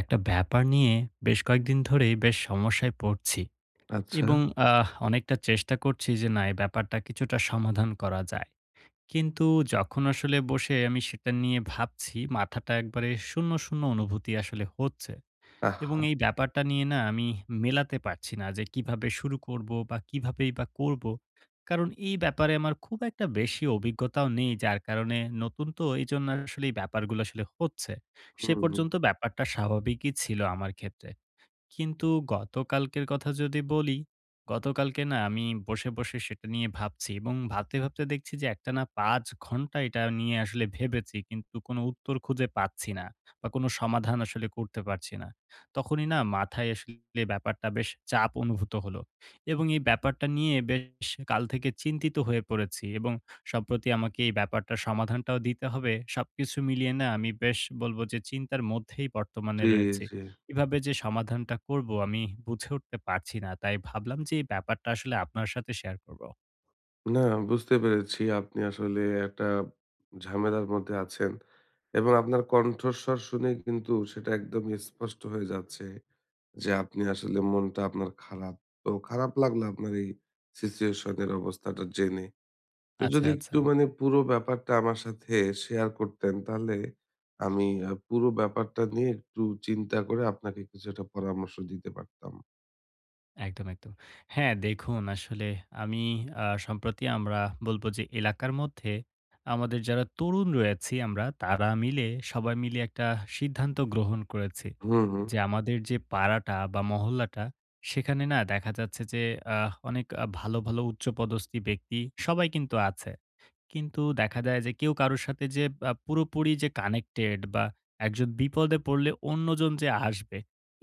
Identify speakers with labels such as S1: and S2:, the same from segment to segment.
S1: একটা ব্যাপার নিয়ে বেশ কয়েকদিন ধরেই বেশ সমস্যায় পড়ছি
S2: আচ্ছা।
S1: এবং অনেকটা চেষ্টা করছি যে না এই ব্যাপারটা কিছুটা সমাধান করা যায়, কিন্তু যখন আসলে বসে আমি সেটা নিয়ে ভাবছি, মাথাটা একবারে শূন্য শূন্য অনুভূতি আসলে হচ্ছে। এবং
S2: আহা!
S1: এই ব্যাপারটা নিয়ে না আমি মেলাতে পারছি না যে কিভাবে শুরু করব বা কিভাবেই বা করব। কারণ এই ব্যাপারে আমার খুব একটা বেশি অভিজ্ঞতাও নেই, যার কারণে নতুন তো এইজন্য আসলে এই ব্যাপারগুলো আসলে হচ্ছে।
S2: হুম,
S1: সে
S2: হুম।
S1: পর্যন্ত ব্যাপারটা স্বাভাবিকই ছিল আমার ক্ষেত্রে। কিন্তু গতকালকের কথা যদি বলি, গতকালকে না আমি বসে, বসে সেটা নিয়ে ভাবছি এবং ভাবতে, ভাবতে দেখছি যে একটানা ৫ ঘন্টা এটা নিয়ে আসলে ভেবেছি, কিন্তু কোনো উত্তর খুঁজে পাচ্ছি না বা কোনো সমাধান আসলে করতে পারছি না। তখনই না মাথায় আসলে ব্যাপারটা বেশ চাপ অনুভূত হলো এবং এই ব্যাপারটা নিয়ে বেশ কাল থেকে চিন্তিত হয়ে পড়েছি এবং সম্প্রতি আমাকে এই ব্যাপারটার সমাধানটাও দিতে হবে। সবকিছু মিলিয়ে না আমি বেশ বলব যে চিন্তার মধ্যেই বর্তমানে
S2: জি,
S1: রয়েছি।
S2: জি।
S1: কিভাবে যে সমাধানটা করব আমি বুঝে উঠতে পারছি না। তাই ভাবলাম যে এই ব্যাপারটা আসলে আপনার সাথে শেয়ার করব।
S2: না বুঝতে পেরেছি আপনি আসলে একটা ঝামেলার মধ্যে আছেন, এবং আপনার কণ্ঠস্বর শুনে কিন্তু সেটা একদম স্পষ্ট হয়ে যাচ্ছে যে আপনি আসলে মনটা আপনার খারাপ। তো খারাপ লাগলো আপনার এই সিচুয়েশন এর অবস্থাটা জেনে। তো
S1: আচ্ছা,
S2: যদি
S1: আচ্ছা।
S2: একটু মানে পুরো ব্যাপারটা আমার সাথে শেয়ার করতেন তাহলে আমি পুরো ব্যাপারটা নিয়ে একটু চিন্তা করে আপনাকে কিছু একটা পরামর্শ দিতে পারতাম।
S1: একদম, একদম। হ্যাঁ, দেখুন আসলে আমি সম্প্রতি আমরা বলব যে এলাকার মধ্যে আমাদের যারা তরুণ রয়েছি আমরা তারা মিলে সবাই মিলে একটা সিদ্ধান্ত গ্রহণ করেছি।
S2: হুম, হুম।
S1: যে আমাদের যে পাড়াটা বা মহল্লাটা সেখানে না দেখা যাচ্ছে যে অনেক ভালো, ভালো উচ্চপদস্থী ব্যক্তি সবাই কিন্তু আছে। কিন্তু দেখা যায় যে কেউ কারোর সাথে যে পুরোপুরি যে কানেক্টেড বা একজন বিপদে পড়লে অন্যজন যে আসবে,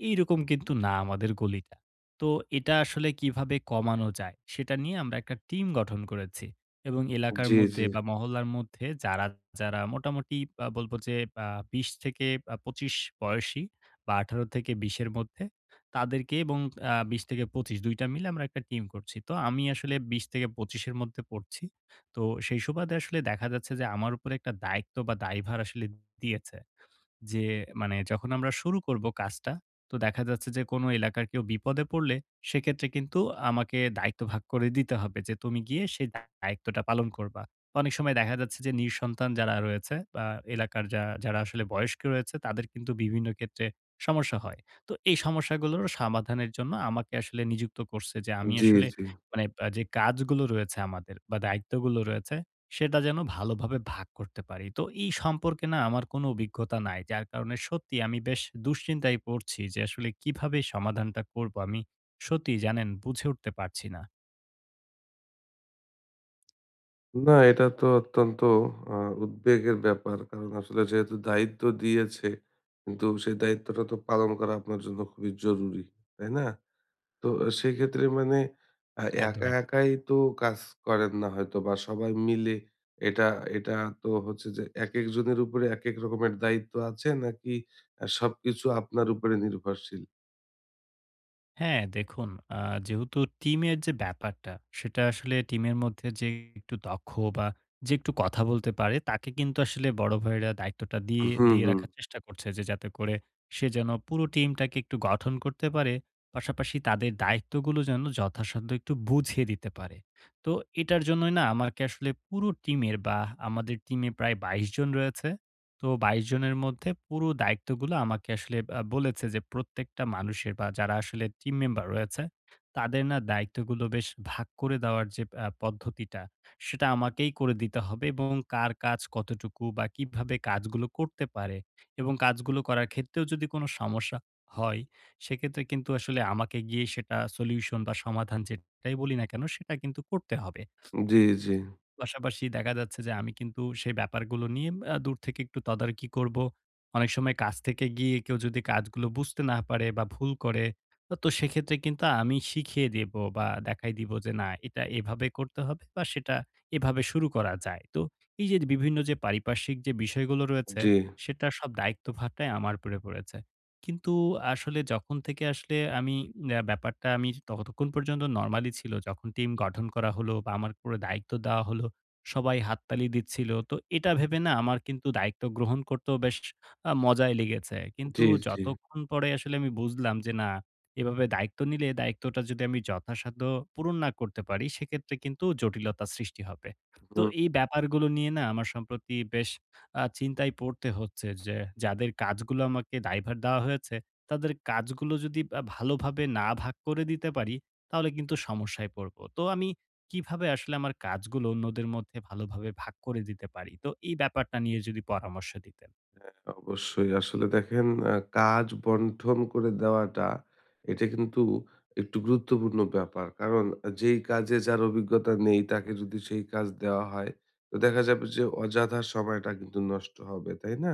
S1: এইরকম কিন্তু না আমাদের গলিটা। তো এটা আসলে কিভাবে কমানো যায় সেটা নিয়ে আমরা একটা টিম গঠন করেছি এবং এলাকার
S2: জি, জি।
S1: মধ্যে বা মহল্লার মধ্যে যারা মোটামুটি বলব যে আ ২০ থেকে ২৫ বয়সী বা ১৮ থেকে ২০ এর মধ্যে তাদেরকে এবং ২০ থেকে ২৫ ২ টা মিলে আমরা একটা টিম করছি। তো আমি আসলে ২০ থেকে ২৫ এর মধ্যে পড়ছি। তো সেই সুবাদে আসলে দেখা যাচ্ছে যে আমার উপরে একটা দায়িত্ব বা দায়ভার আসলে দিয়েছে। যে মানে যখন আমরা শুরু করব কাজটা, তো দেখা যাচ্ছে যে কোনো এলাকার কেউ বিপদে পড়লে সেক্ষেত্রে কিন্তু আমাকে দায়িত্ব ভাগ করে দিতে হবে যে তুমি গিয়ে সেই দায়িত্বটা পালন করবা। অনেক সময় দেখা যাচ্ছে যে নিঃসন্তান যারা রয়েছে বা এলাকার যারা আসলে বয়স্ক রয়েছে তাদের কিন্তু বিভিন্ন ক্ষেত্রে সমস্যা হয়। তো এই সমস্যাগুলোর সমাধানের জন্য আমাকে আসলে নিযুক্ত করছে যে আমি
S2: জি,
S1: আসলে
S2: জি।
S1: মানে যে কাজগুলো রয়েছে আমাদের বা দায়িত্বগুলো রয়েছে সেটা যেন ভালোভাবে ভাগ করতে পারি। তো এই সম্পর্কে না আমার কোনো অভিজ্ঞতা নাই। যার কারণে সত্যি আমি বেশ দুশ্চিন্তায় পড়ছি যে আসলে কিভাবে সমাধানটা করব? আমি সত্যিই জানেন বুঝে উঠতে পারছি না।
S2: না এটা তো অত্যন্ত আ উদ্বেগের ব্যাপার। কারণ আসলে যেহেতু দায়িত্ব দিয়েছে, কিন্তু সেই দায়িত্বটা তো পালন করা আপনার জন্য খুবই জরুরি। তাই না? তো সেক্ষেত্রে মানে
S1: একদম,
S2: একা, একাই তো কাজ করেন, না হয়তো বা সবাই মিলে এটা এটা তো হচ্ছে যে একেক জনের উপরে একেক রকমের দায়িত্ব আছে, নাকি সবকিছু আপনার উপরে নির্ভরশীল?
S1: হ্যাঁ, দেখুন আ যেহেতু টিমের যে ব্যাপারটা, সেটা আসলে টিমের মধ্যে যে একটু দক্ষ বা যে একটু কথা বলতে পারে, তাকে কিন্তু আসলে বড় ভাইয়েরা দায়িত্বটা দিয়ে
S2: হুম,
S1: দিয়ে
S2: হুম।
S1: রাখার চেষ্টা করছে যে, যাতে করে সে যেন পুরো টিমটাকে একটু গঠন করতে পারে। পাশাপাশি তাদের দায়িত্বগুলো যেন যথাসাধ্য একটু বুঝিয়ে দিতে পারে। তো এটার জন্যই না আমাকে আসলে পুরো টিমের বা আমাদের টিমে প্রায় ২২ জন রয়েছে। তো ২২ জনের মধ্যে পুরো দায়িত্বগুলো আমাকে আসলে বলেছে যে, প্রত্যেকটা মানুষের বা যারা আসলে টিম মেম্বার রয়েছে, তাদের না দায়িত্বগুলো বেশ ভাগ করে দেওয়ার যে পদ্ধতিটা, সেটা আমাকেই করে দিতে হবে এবং কার কাজ কতটুকু বা কিভাবে কাজগুলো করতে পারে এবং কাজগুলো করার ক্ষেত্রেও যদি কোনো সমস্যা হয়, সেক্ষেত্রে কিন্তু আসলে আমাকে গিয়ে সেটা সলিউশন বা সমাধান যেটাই বলি না কেন, সেটা কিন্তু করতে হবে।
S2: জি, জি।
S1: পাশাপাশি দেখা যাচ্ছে যে আমি কিন্তু সেই ব্যাপারগুলো নিয়ে দূর থেকে একটু তদারকি করব। অনেক সময় কাজ থেকে গিয়ে কেউ যদি কাজগুলো বুঝতে না পারে বা ভুল করে, তো সেক্ষেত্রে কিন্তু আমি শিখিয়ে দেব বা দেখাই দিব যে না এটা এভাবে করতে হবে বা সেটা এভাবে শুরু করা যায়। তো এই যে বিভিন্ন যে পারিপার্শ্বিক যে বিষয়গুলো রয়েছে,
S2: জি,
S1: সেটার সব দায়িত্বভারটাই আমার উপরে পড়েছে। কিন্তু আসলে যখন থেকে আসলে আমি ব্যাপারটা আমি ততক্ষণ পর্যন্ত নরমালি ছিল যখন টিম গঠন করা হলো বা আমার পুরো দায়িত্ব দেওয়া হলো। সবাই হাততালি দিচ্ছিল। তো এটা ভেবে না আমার কিন্তু দায়িত্ব গ্রহণ করতেও বেশ মজাই লেগেছে। কিন্তু
S2: জি, জি।
S1: যতক্ষণ পরে আসলে আমি বুঝলাম যে না, এভাবে দায়িত্ব নিলে দায়িত্বটা যদি আমি যথাসাধ্য পূরণ না করতে পারি, সেক্ষেত্রে কিন্তু জটিলতা সৃষ্টি হবে। তো
S2: হুম।
S1: এই ব্যাপারগুলো নিয়ে না আমার সম্প্রতি বেশ চিন্তায় পড়তে হচ্ছে যে, যাদের কাজগুলো আমাকে দায়ভার দেওয়া হয়েছে, তাদের কাজগুলো যদি ভালোভাবে না ভাগ করে দিতে পারি, তাহলে কিন্তু সমস্যায় পড়ব। তো আমি কিভাবে আসলে আমার কাজগুলো অন্যদের মধ্যে ভালোভাবে ভাগ করে দিতে পারি? তো এই ব্যাপারটা নিয়ে যদি পরামর্শ দিতেন।
S2: অবশ্যই। আসলে দেখেন, কাজ বন্টন করে দেওয়াটা এটা কিন্তু একটু গুরুত্বপূর্ণ ব্যাপার। কারণ যেই কাজে যার অভিজ্ঞতা নেই তাকে যদি সেই কাজ দেওয়া হয় তো দেখা যাবে যে অযথা সময়টা কিন্তু নষ্ট হবে, তাই না?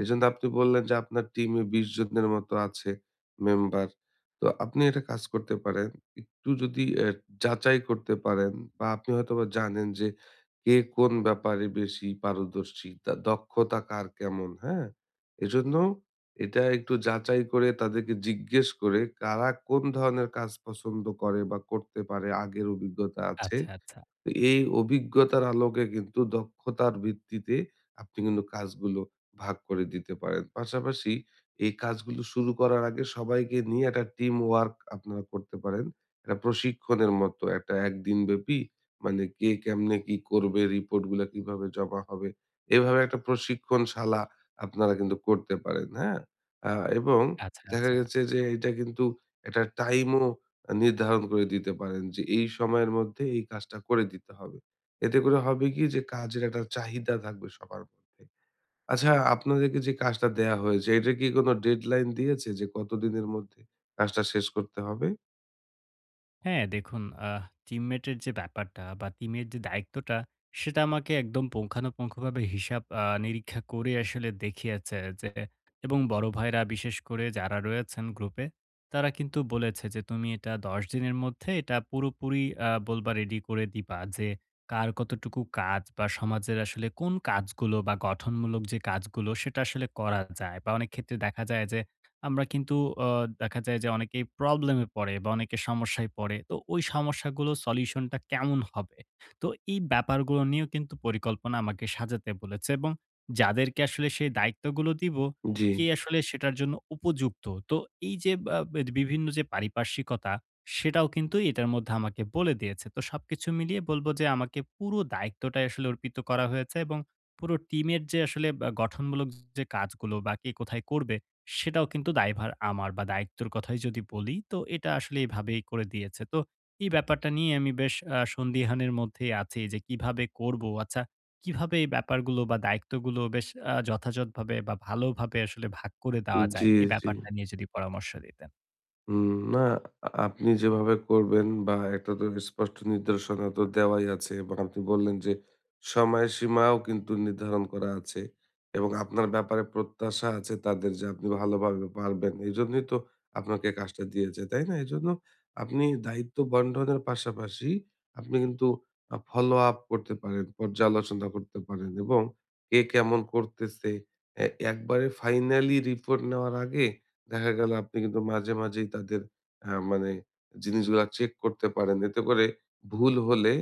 S2: এজন্য আপনি বললেন যে আপনার টিমে ২০ জনের মতো আছে মেম্বার। তো আপনি একটা কাজ করতে পারেন। একটু যদি যাচাই করতে পারেন বা আপনি হয়তোবা জানেন যে কে কোন ব্যাপারে বেশি পারদর্শী, তার দক্ষতা কার কেমন, হ্যাঁ? এজন্য এটা একটু যাচাই করে তাদেরকে জিজ্ঞেস করে কারা কোন ধরনের কাজ পছন্দ করে বা করতে পারে, আগের অভিজ্ঞতা আছে।
S1: আচ্ছা, আচ্ছা,
S2: তো এই অভিজ্ঞতার আলোকে কিন্তু দক্ষতার ভিত্তিতে আপনি কিন্তু কাজগুলো ভাগ করে দিতে পারেন। পাশাপাশি এই কাজগুলো শুরু করার আগে সবাইকে নিয়ে একটা টিম ওয়ার্ক আপনারা করতে পারেন। একটা প্রশিক্ষণের মতো একটা ১ দিনব্যাপী, মানে কে কেমনে কি করবে, রিপোর্ট গুলা কিভাবে জমা হবে। এভাবে একটা প্রশিক্ষণশালা আপনারা কিন্তু করতে পারেন, হ্যাঁ? আ এবং
S1: আচ্ছা,
S2: দেখা
S1: আচ্ছা।
S2: গেছে যে এটা কিন্তু একটা টাইমও নির্ধারণ করে দিতে পারেন যে এই সময়ের মধ্যে এই কাজটা করে দিতে হবে। এতে করে হবে কি যে কাজের একটা চাহিদা থাকবে সবার মধ্যে। আচ্ছা, আপনাদেরকে যে কাজটা দেয়া হয়েছে এটা কি কোনো ডেডলাইন দিয়েছে যে কতদিনের মধ্যে কাজটা শেষ করতে হবে?
S1: হ্যাঁ, দেখুন টিমমেটের যে ব্যাপারটা বা টিমের যে দায়িত্বটা, সেটা আমাকে একদম পুঙ্খানুপুঙ্খভাবে হিসাব নিরীক্ষা করে আসলে দেখিয়েছে যে এবং বড় ভাইরা বিশেষ করে যারা রয়েছেন গ্রুপে, তারা কিন্তু বলেছে যে, "তুমি এটা ১০ দিনের মধ্যে এটা পুরোপুরি বলবা রেডি করে দিবা যে, কার কতটুকু কাজ বা সমাজের আসলে কোন কাজগুলো বা গঠনমূলক যে কাজগুলো সেটা আসলে করা যায়।" বা অনেক ক্ষেত্রে দেখা যায় যে আমরা কিন্তু অ দেখা যায় যে অনেকেই প্রবলেমে পড়ে বা অনেকে সমস্যায় পড়ে। তো ওই সমস্যাগুলো সলিউশনটা কেমন হবে? তো এই ব্যাপারগুলো নিয়েও কিন্তু পরিকল্পনা আমাকে সাজাতে বলেছে এবং যাদেরকে আসলে সেই দায়িত্বগুলো দিব,
S2: জি,
S1: কে আসলে সেটার জন্য উপযুক্ত। তো এই যে বা বে বিভিন্ন যে পারিপার্শ্বিকতা, সেটাও কিন্তু এটার মধ্যে আমাকে বলে দিয়েছে। তো সবকিছু মিলিয়ে বলবো যে আমাকে পুরো দায়িত্বটাই আসলে অর্পিত করা হয়েছে এবং পুরো টিমের যে আসলে বা গঠনমূলক যে কাজগুলো বা কে কোথায় করবে, সেটাও কিন্তু দায়ভার আমার বা দায়িত্বের কথাই যদি বলি, তো এটা আসলে এভাবেই করে দিয়েছে। তো এই ব্যাপারটা নিয়ে আমি বেশ সন্দিহানের মধ্যেই আছি যে কিভাবে করব? আচ্ছা, কিভাবে এই ব্যাপারগুলো বা দায়িত্বগুলো বেশ যথাযথভাবে বা ভালোভাবে আসলে ভাগ করে দেওয়া যায়?
S2: জি,
S1: এই
S2: জি।
S1: ব্যাপারটা নিয়ে যদি পরামর্শ দিতেন।
S2: উম না আপনি যেভাবে করবেন, বা একটা তো স্পষ্ট নির্দেশনা তো দেওয়াই আছে এবং আপনি বললেন যে সময়সীমাও কিন্তু নির্ধারণ করা আছে, এবং আপনার ব্যাপারে প্রত্যাশা আছে তাদের যে আপনি ভালোভাবে পারবেন। এজন্যই তো আপনাকে কাজটা দিয়েছে, তাই না? এজন্য আপনি দায়িত্ব বন্টনের পাশাপাশি আপনি কিন্তু ফলো আপ করতে পারেন, পর্যালোচনা করতে পারেন, এবং কে কেমন করতেছে, এ একবারে ফাইনালি রিপোর্ট নেওয়ার আগে দেখা গেল আপনি কিন্তু মাঝে মাঝেই তাদের মানে জিনিসগুলা চেক করতে পারেন। এতে করে ভুল হলে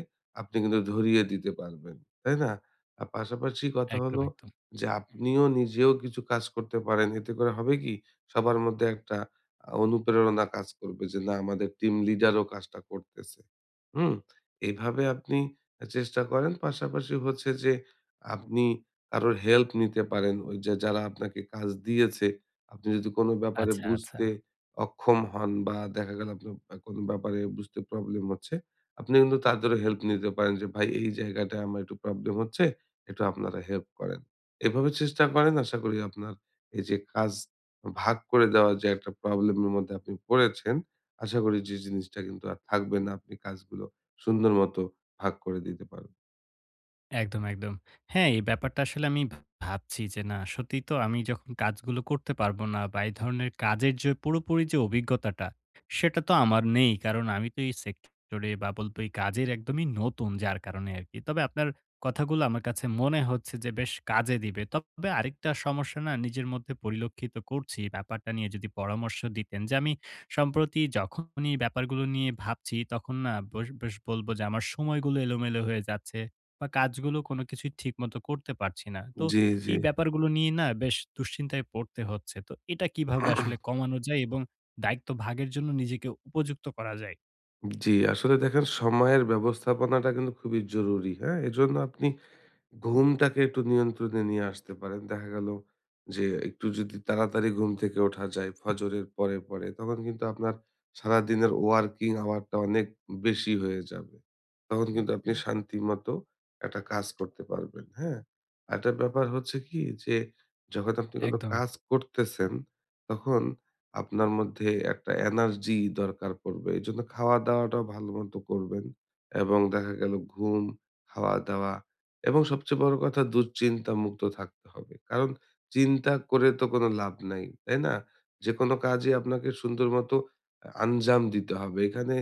S2: আপনি কিন্তু ধরিয়ে দিতে পারবেন। তাই না? আর পাশাপাশি কথা
S1: একদম,
S2: হলো
S1: একদম।
S2: যে আপনিও নিজেও কিছু কাজ করতে পারেন। এতে করে হবে কি সবার মধ্যে একটা অনুপ্রেরণা কাজ করবে যে না আমাদের টিম লিডারও কাজটা করতেছে। হুম? এভাবে আপনি চেষ্টা করেন। পাশাপাশি হচ্ছে যে আপনি কারোর হেল্প নিতে পারেন। ওই যে যারা আপনাকে কাজ দিয়েছে, আপনি যদি কোনো ব্যাপারে
S1: আচ্ছা, আচ্ছা।
S2: বুঝতে অক্ষম হন, বা দেখা গেল আপনার কোনো ব্যাপারে বুঝতে প্রবলেম হচ্ছে, আপনি কিন্তু তাদেরও হেল্প নিতে পারেন যে, "ভাই, এই জায়গাটায় আমার একটু প্রবলেম হচ্ছে, একটু আপনারা হেল্প করেন।" এভাবে চেষ্টা করেন। আশা করি আপনার এই যে কাজ ভাগ করে দেওয়ার যে একটা প্রবলেমের মধ্যে আপনি পড়েছেন, আশা করি যে জিনিসটা কিন্তু আর থাকবে না। আপনি কাজগুলো সুন্দর মতো ভাগ করে দিতে পারবেন।
S1: একদম, একদম। হ্যাঁ, এই ব্যাপারটা আসলে আমি ভাবছি যে না সত্যিই তো আমি যখন কাজগুলো করতে পারবো না বা এই ধরনের কাজের যে পুরোপুরি যে অভিজ্ঞতাটা, সেটা তো আমার নেই। কারণ আমি তো এই সেক্টরে বা বলবো এই কাজের একদমই নতুন যার কারণে আরকি। তবে আপনার কথাগুলো আমার কাছে মনে হচ্ছে যে বেশ কাজে দিবে। তবে আরেকটা সমস্যা না নিজের মধ্যে পরিলক্ষিত করছি। ব্যাপারটা নিয়ে যদি পরামর্শ দিতেন যে আমি সম্প্রতি যখনই ব্যাপারগুলো নিয়ে ভাবছি তখন না বস বেশ বলবো যে আমার সময়গুলো এলোমেলো হয়ে যাচ্ছে। বা কাজগুলো কোনো কিছুই ঠিকমতো করতে পারছি না। তো
S2: জি, জি।
S1: এই ব্যাপারগুলো নিয়ে না বেশ দুশ্চিন্তায় পড়তে হচ্ছে। তো এটা কিভাবে আসলে কমানো যায় এবং দায়িত্ব ভাগের জন্য নিজেকে উপযুক্ত করা যায়?
S2: জি, আসলে দেখেন সময়ের ব্যবস্থাপনাটা কিন্তু খুবই জরুরি, হ্যাঁ? এজন্য আপনি ঘুমটাকে একটু নিয়ন্ত্রণে নিয়ে আসতে পারেন। দেখা গেল যে একটু যদি তাড়াতাড়ি ঘুম থেকে ওঠা যায় ফজরের পরে, পরে তখন কিন্তু আপনার সারাদিনের ওয়ার্কিং আওয়ারটা অনেক বেশি হয়ে যাবে। তখন কিন্তু আপনি শান্তিমতো একটা কাজ করতে পারবেন, হ্যাঁ? আরেকটা ব্যাপার হচ্ছে কি যে যখন আপনি কোনো
S1: একদম,
S2: কাজ
S1: একটু।
S2: করতেছেন, তখন আপনার মধ্যে একটা এনার্জি দরকার পড়বে। এজন্য খাওয়া-দাওয়াটাও ভালোমতো করবেন, এবং দেখা গেল ঘুম, খাওয়া-দাওয়া এবং সবচেয়ে বড় কথা দুশ্চিন্তা মুক্ত থাকতে হবে। কারণ চিন্তা করে তো কোনো লাভ নাই, তাই না? যেকোনো কাজই আপনাকে সুন্দর মতো আঞ্জাম দিতে হবে। এখানে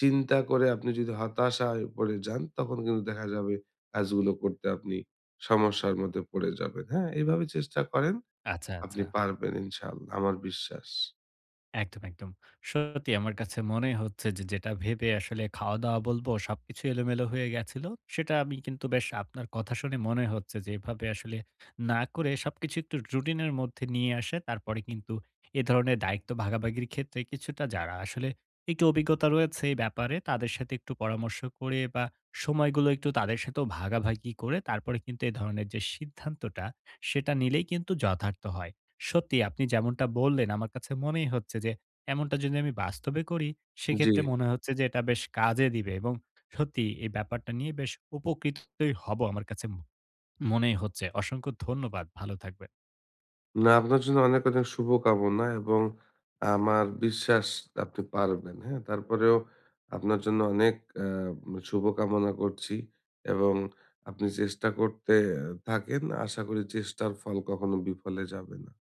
S2: চিন্তা করে আপনি যদি হতাশায় পড়ে যান, তখন কিন্তু দেখা যাবে কাজগুলো করতে আপনি সমস্যার মধ্যে পড়ে যাবেন। হ্যাঁ? এভাবে চেষ্টা করেন,
S1: আচ্ছা,
S2: আপনি
S1: আচ্ছা।
S2: পারবেন ইনশাআল্লাহ। আমার বিশ্বাস।
S1: একদম, একদম। সত্যি আমার কাছে মনে হচ্ছে যে যেটা ভেবে আসলে খাওয়া-দাওয়া বলবো সবকিছু এলোমেলো হয়ে গেছিল। সেটা আমি কিন্তু বেশ আপনার কথা শুনে মনে হচ্ছে যে এভাবে আসলে না করে সবকিছু একটু রুটিনের মধ্যে নিয়ে আসে তারপরে কিন্তু এ ধরনের দায়িত্ব ভাগাভাগির ক্ষেত্রে কিছুটা যারা আসলে একটু অভিজ্ঞতা রয়েছে এই ব্যাপারে তাদের সাথে একটু পরামর্শ করে বা সময়গুলো একটু তাদের সাথেও ভাগাভাগি করে তারপরে কিন্তু এ ধরনের যে সিদ্ধান্তটা সেটা নিলেই কিন্তু যথার্থ হয়। সত্যি আপনি যেমনটা বললেন আমার কাছে মনেই হচ্ছে যে এমনটা যদি আমি বাস্তবে করি
S2: জি।
S1: সেক্ষেত্রে মনে হচ্ছে যে এটা বেশ কাজে দিবে এবং সত্যি এই ব্যাপারটা নিয়ে বেশ উপকৃতই হব আমার কাছে মনেই হচ্ছে। অসংখ্য ধন্যবাদ। ভালো থাকবেন।
S2: না, আপনার জন্য অনেক, অনেক শুভকামনা, এবং আমার বিশ্বাস আপনি পারবেন। হ্যাঁ? তারপরেও আপনার জন্য অনেক আ শুভকামনা করছি, এবং আপনি চেষ্টা করতে থাকেন। আশা করি চেষ্টার ফল কখনো বিফলে যাবে না।